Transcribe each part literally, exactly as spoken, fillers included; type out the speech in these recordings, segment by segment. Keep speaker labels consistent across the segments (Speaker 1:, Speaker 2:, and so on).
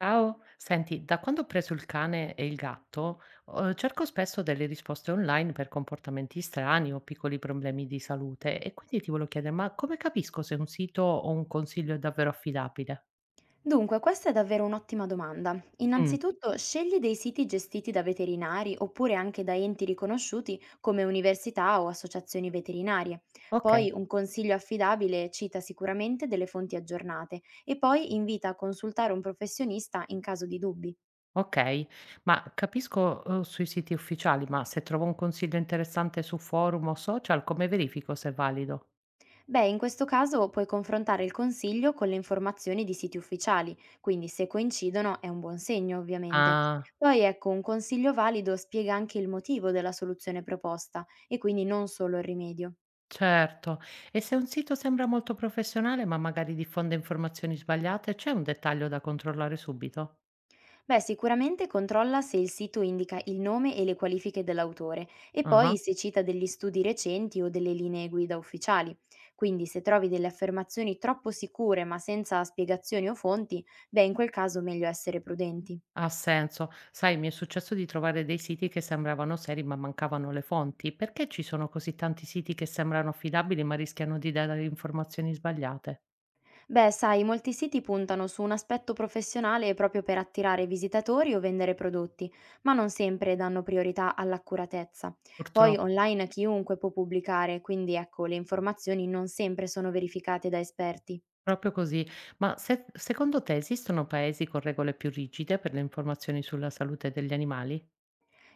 Speaker 1: Ciao, senti, da quando ho preso il cane e il gatto, eh, cerco spesso delle risposte online per comportamenti strani o piccoli problemi di salute e quindi ti volevo chiedere, ma come capisco se un sito o un consiglio è davvero affidabile?
Speaker 2: Dunque, questa è davvero un'ottima domanda.
Speaker 1: Mm,
Speaker 2: Innanzitutto, scegli dei siti gestiti da veterinari oppure anche da enti riconosciuti come università o associazioni veterinarie.
Speaker 1: ok,
Speaker 2: Poi un consiglio affidabile cita sicuramente delle fonti aggiornate e poi invita a consultare un professionista in caso di dubbi.
Speaker 1: ok, ma capisco, eh, sui siti ufficiali, ma se trovo un consiglio interessante su forum o social, come verifico se è valido?
Speaker 2: Beh, in questo caso puoi confrontare il consiglio con le informazioni di siti ufficiali, quindi se coincidono è un buon segno, ovviamente.
Speaker 1: Ah.
Speaker 2: Poi ecco, un consiglio valido spiega anche il motivo della soluzione proposta e quindi non solo il rimedio.
Speaker 1: Certo, e se un sito sembra molto professionale ma magari diffonde informazioni sbagliate, c'è un dettaglio da controllare subito?
Speaker 2: Beh, sicuramente controlla se il sito indica il nome e le qualifiche dell'autore e poi
Speaker 1: Ah,
Speaker 2: se cita degli studi recenti o delle linee guida ufficiali. Quindi se trovi delle affermazioni troppo sicure ma senza spiegazioni o fonti, beh, in quel caso meglio essere prudenti.
Speaker 1: ha senso. Sai, mi è successo di trovare dei siti che sembravano seri ma mancavano le fonti. Perché ci sono così tanti siti che sembrano affidabili ma rischiano di dare informazioni sbagliate?
Speaker 2: Beh, sai, molti siti puntano su un aspetto professionale proprio per attirare visitatori o vendere prodotti, ma non sempre danno priorità all'accuratezza. Poi
Speaker 1: Purtroppo,
Speaker 2: online chiunque può pubblicare, quindi ecco, le informazioni non sempre sono verificate da esperti.
Speaker 1: proprio così. Ma se- secondo te esistono paesi con regole più rigide per le informazioni sulla salute degli animali?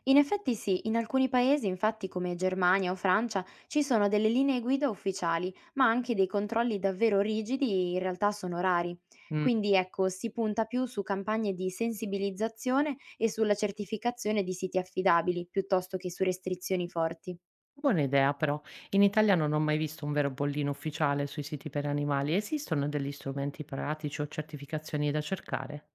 Speaker 2: In effetti sì, in alcuni paesi, infatti come Germania o Francia, ci sono delle linee guida ufficiali, ma anche dei controlli davvero rigidi e in realtà sono rari.
Speaker 1: Mm.
Speaker 2: Quindi ecco, si punta più su campagne di sensibilizzazione e sulla certificazione di siti affidabili, piuttosto che su restrizioni forti.
Speaker 1: Buona idea però. In Italia non ho mai visto un vero bollino ufficiale sui siti per animali. Esistono degli strumenti pratici o certificazioni da cercare?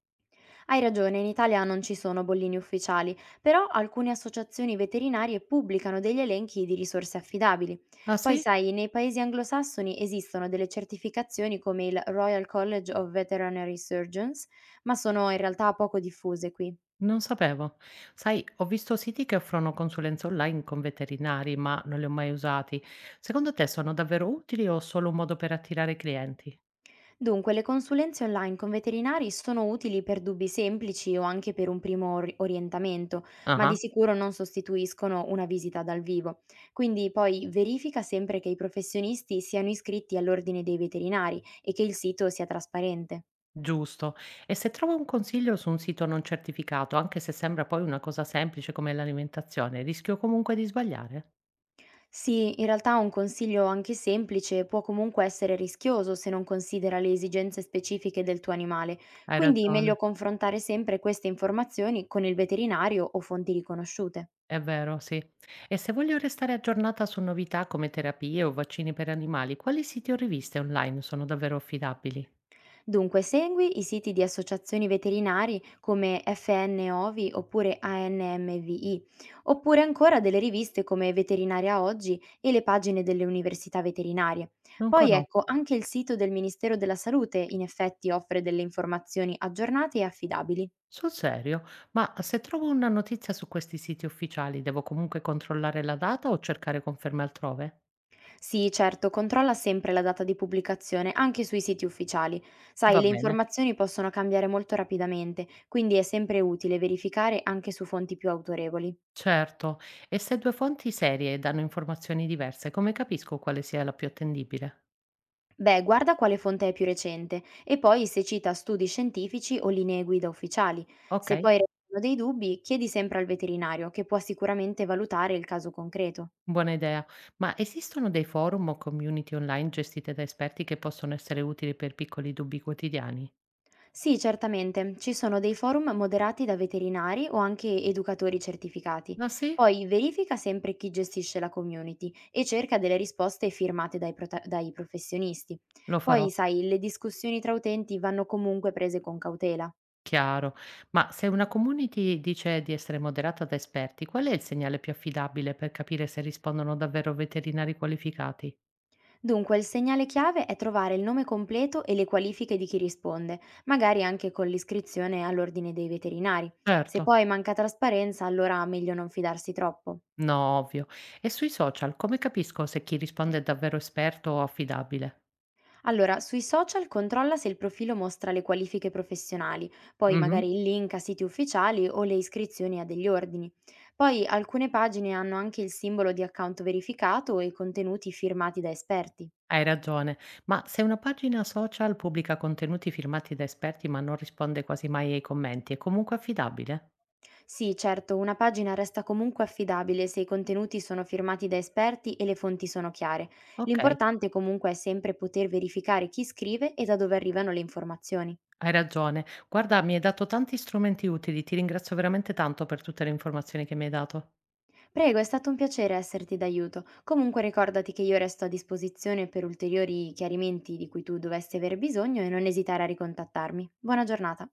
Speaker 2: Hai ragione, in Italia non ci sono bollini ufficiali, però alcune associazioni veterinarie pubblicano degli elenchi di risorse affidabili.
Speaker 1: Ah
Speaker 2: Poi
Speaker 1: sì?
Speaker 2: sai, nei paesi anglosassoni esistono delle certificazioni come il Royal College of Veterinary Surgeons, ma sono in realtà poco diffuse qui.
Speaker 1: Non sapevo. Sai, ho visto siti che offrono consulenze online con veterinari, ma non li ho mai usati. Secondo te sono davvero utili o solo un modo per attirare clienti?
Speaker 2: Dunque, le consulenze online con veterinari sono utili per dubbi semplici o anche per un primo ori- orientamento, ma di
Speaker 1: Ah,
Speaker 2: sicuro non sostituiscono una visita dal vivo. Quindi poi verifica sempre che i professionisti siano iscritti all'ordine dei veterinari e che il sito sia trasparente.
Speaker 1: giusto. E se trovo un consiglio su un sito non certificato, anche se sembra poi una cosa semplice come l'alimentazione, rischio comunque di sbagliare?
Speaker 2: Sì, in realtà un consiglio anche semplice può comunque essere rischioso se non considera le esigenze specifiche del tuo animale,
Speaker 1: Hai
Speaker 2: quindi
Speaker 1: ragione.
Speaker 2: meglio confrontare sempre queste informazioni con il veterinario o fonti riconosciute.
Speaker 1: È vero, sì. E se voglio restare aggiornata su novità come terapie o vaccini per animali, quali siti o riviste online sono davvero affidabili?
Speaker 2: Dunque, segui i siti di associazioni veterinari come F N O V I oppure A N M V I, oppure ancora delle riviste come Veterinaria Oggi e le pagine delle università veterinarie.
Speaker 1: Non
Speaker 2: Poi
Speaker 1: conosco.
Speaker 2: ecco, anche il sito del Ministero della Salute in effetti offre delle informazioni aggiornate e affidabili.
Speaker 1: Sul serio? Ma se trovo una notizia su questi siti ufficiali, devo comunque controllare la data o cercare conferme altrove?
Speaker 2: Sì, certo, controlla sempre la data di pubblicazione anche sui siti ufficiali. Sai,
Speaker 1: Va
Speaker 2: le
Speaker 1: bene.
Speaker 2: informazioni possono cambiare molto rapidamente, quindi è sempre utile verificare anche su fonti più autorevoli.
Speaker 1: Certo. E se due fonti serie danno informazioni diverse, come capisco quale sia la più attendibile?
Speaker 2: Beh, guarda quale fonte è più recente e poi se cita studi scientifici o linee guida ufficiali.
Speaker 1: Ok.
Speaker 2: Se poi restano dei dubbi, chiedi sempre al veterinario, che può sicuramente valutare il caso concreto.
Speaker 1: Buona idea. Ma esistono dei forum o community online gestite da esperti che possono essere utili per piccoli dubbi quotidiani?
Speaker 2: Sì, certamente, ci sono dei forum moderati da veterinari o anche educatori certificati.
Speaker 1: Ah sì?
Speaker 2: Poi verifica sempre chi gestisce la community e cerca delle risposte firmate dai, prota- dai professionisti.
Speaker 1: Lo farò,
Speaker 2: Poi, sai, le discussioni tra utenti vanno comunque prese con cautela.
Speaker 1: chiaro. Ma se una community dice di essere moderata da esperti, qual è il segnale più affidabile per capire se rispondono davvero veterinari qualificati?
Speaker 2: Dunque, il segnale chiave è trovare il nome completo e le qualifiche di chi risponde, magari anche con l'iscrizione all'ordine dei veterinari. Se
Speaker 1: Certo.
Speaker 2: poi manca trasparenza, allora meglio non fidarsi troppo.
Speaker 1: No, ovvio. E sui social, come capisco se chi risponde è davvero esperto o affidabile?
Speaker 2: Allora, sui social controlla se il profilo mostra le qualifiche professionali, poi magari il link a siti ufficiali o le iscrizioni a degli ordini. Poi alcune pagine hanno anche il simbolo di account verificato e contenuti firmati da esperti.
Speaker 1: Hai ragione, ma se una pagina social pubblica contenuti firmati da esperti ma non risponde quasi mai ai commenti, è comunque affidabile?
Speaker 2: Sì, certo, una pagina resta comunque affidabile se i contenuti sono firmati da esperti e le fonti sono chiare.
Speaker 1: Ok,
Speaker 2: L'importante comunque è sempre poter verificare chi scrive e da dove arrivano le informazioni.
Speaker 1: hai ragione. Guarda, mi hai dato tanti strumenti utili, ti ringrazio veramente tanto per tutte le informazioni che mi hai dato.
Speaker 2: Prego, è stato un piacere esserti d'aiuto. Comunque ricordati che io resto a disposizione per ulteriori chiarimenti di cui tu dovessi aver bisogno e non esitare a ricontattarmi. Buona giornata.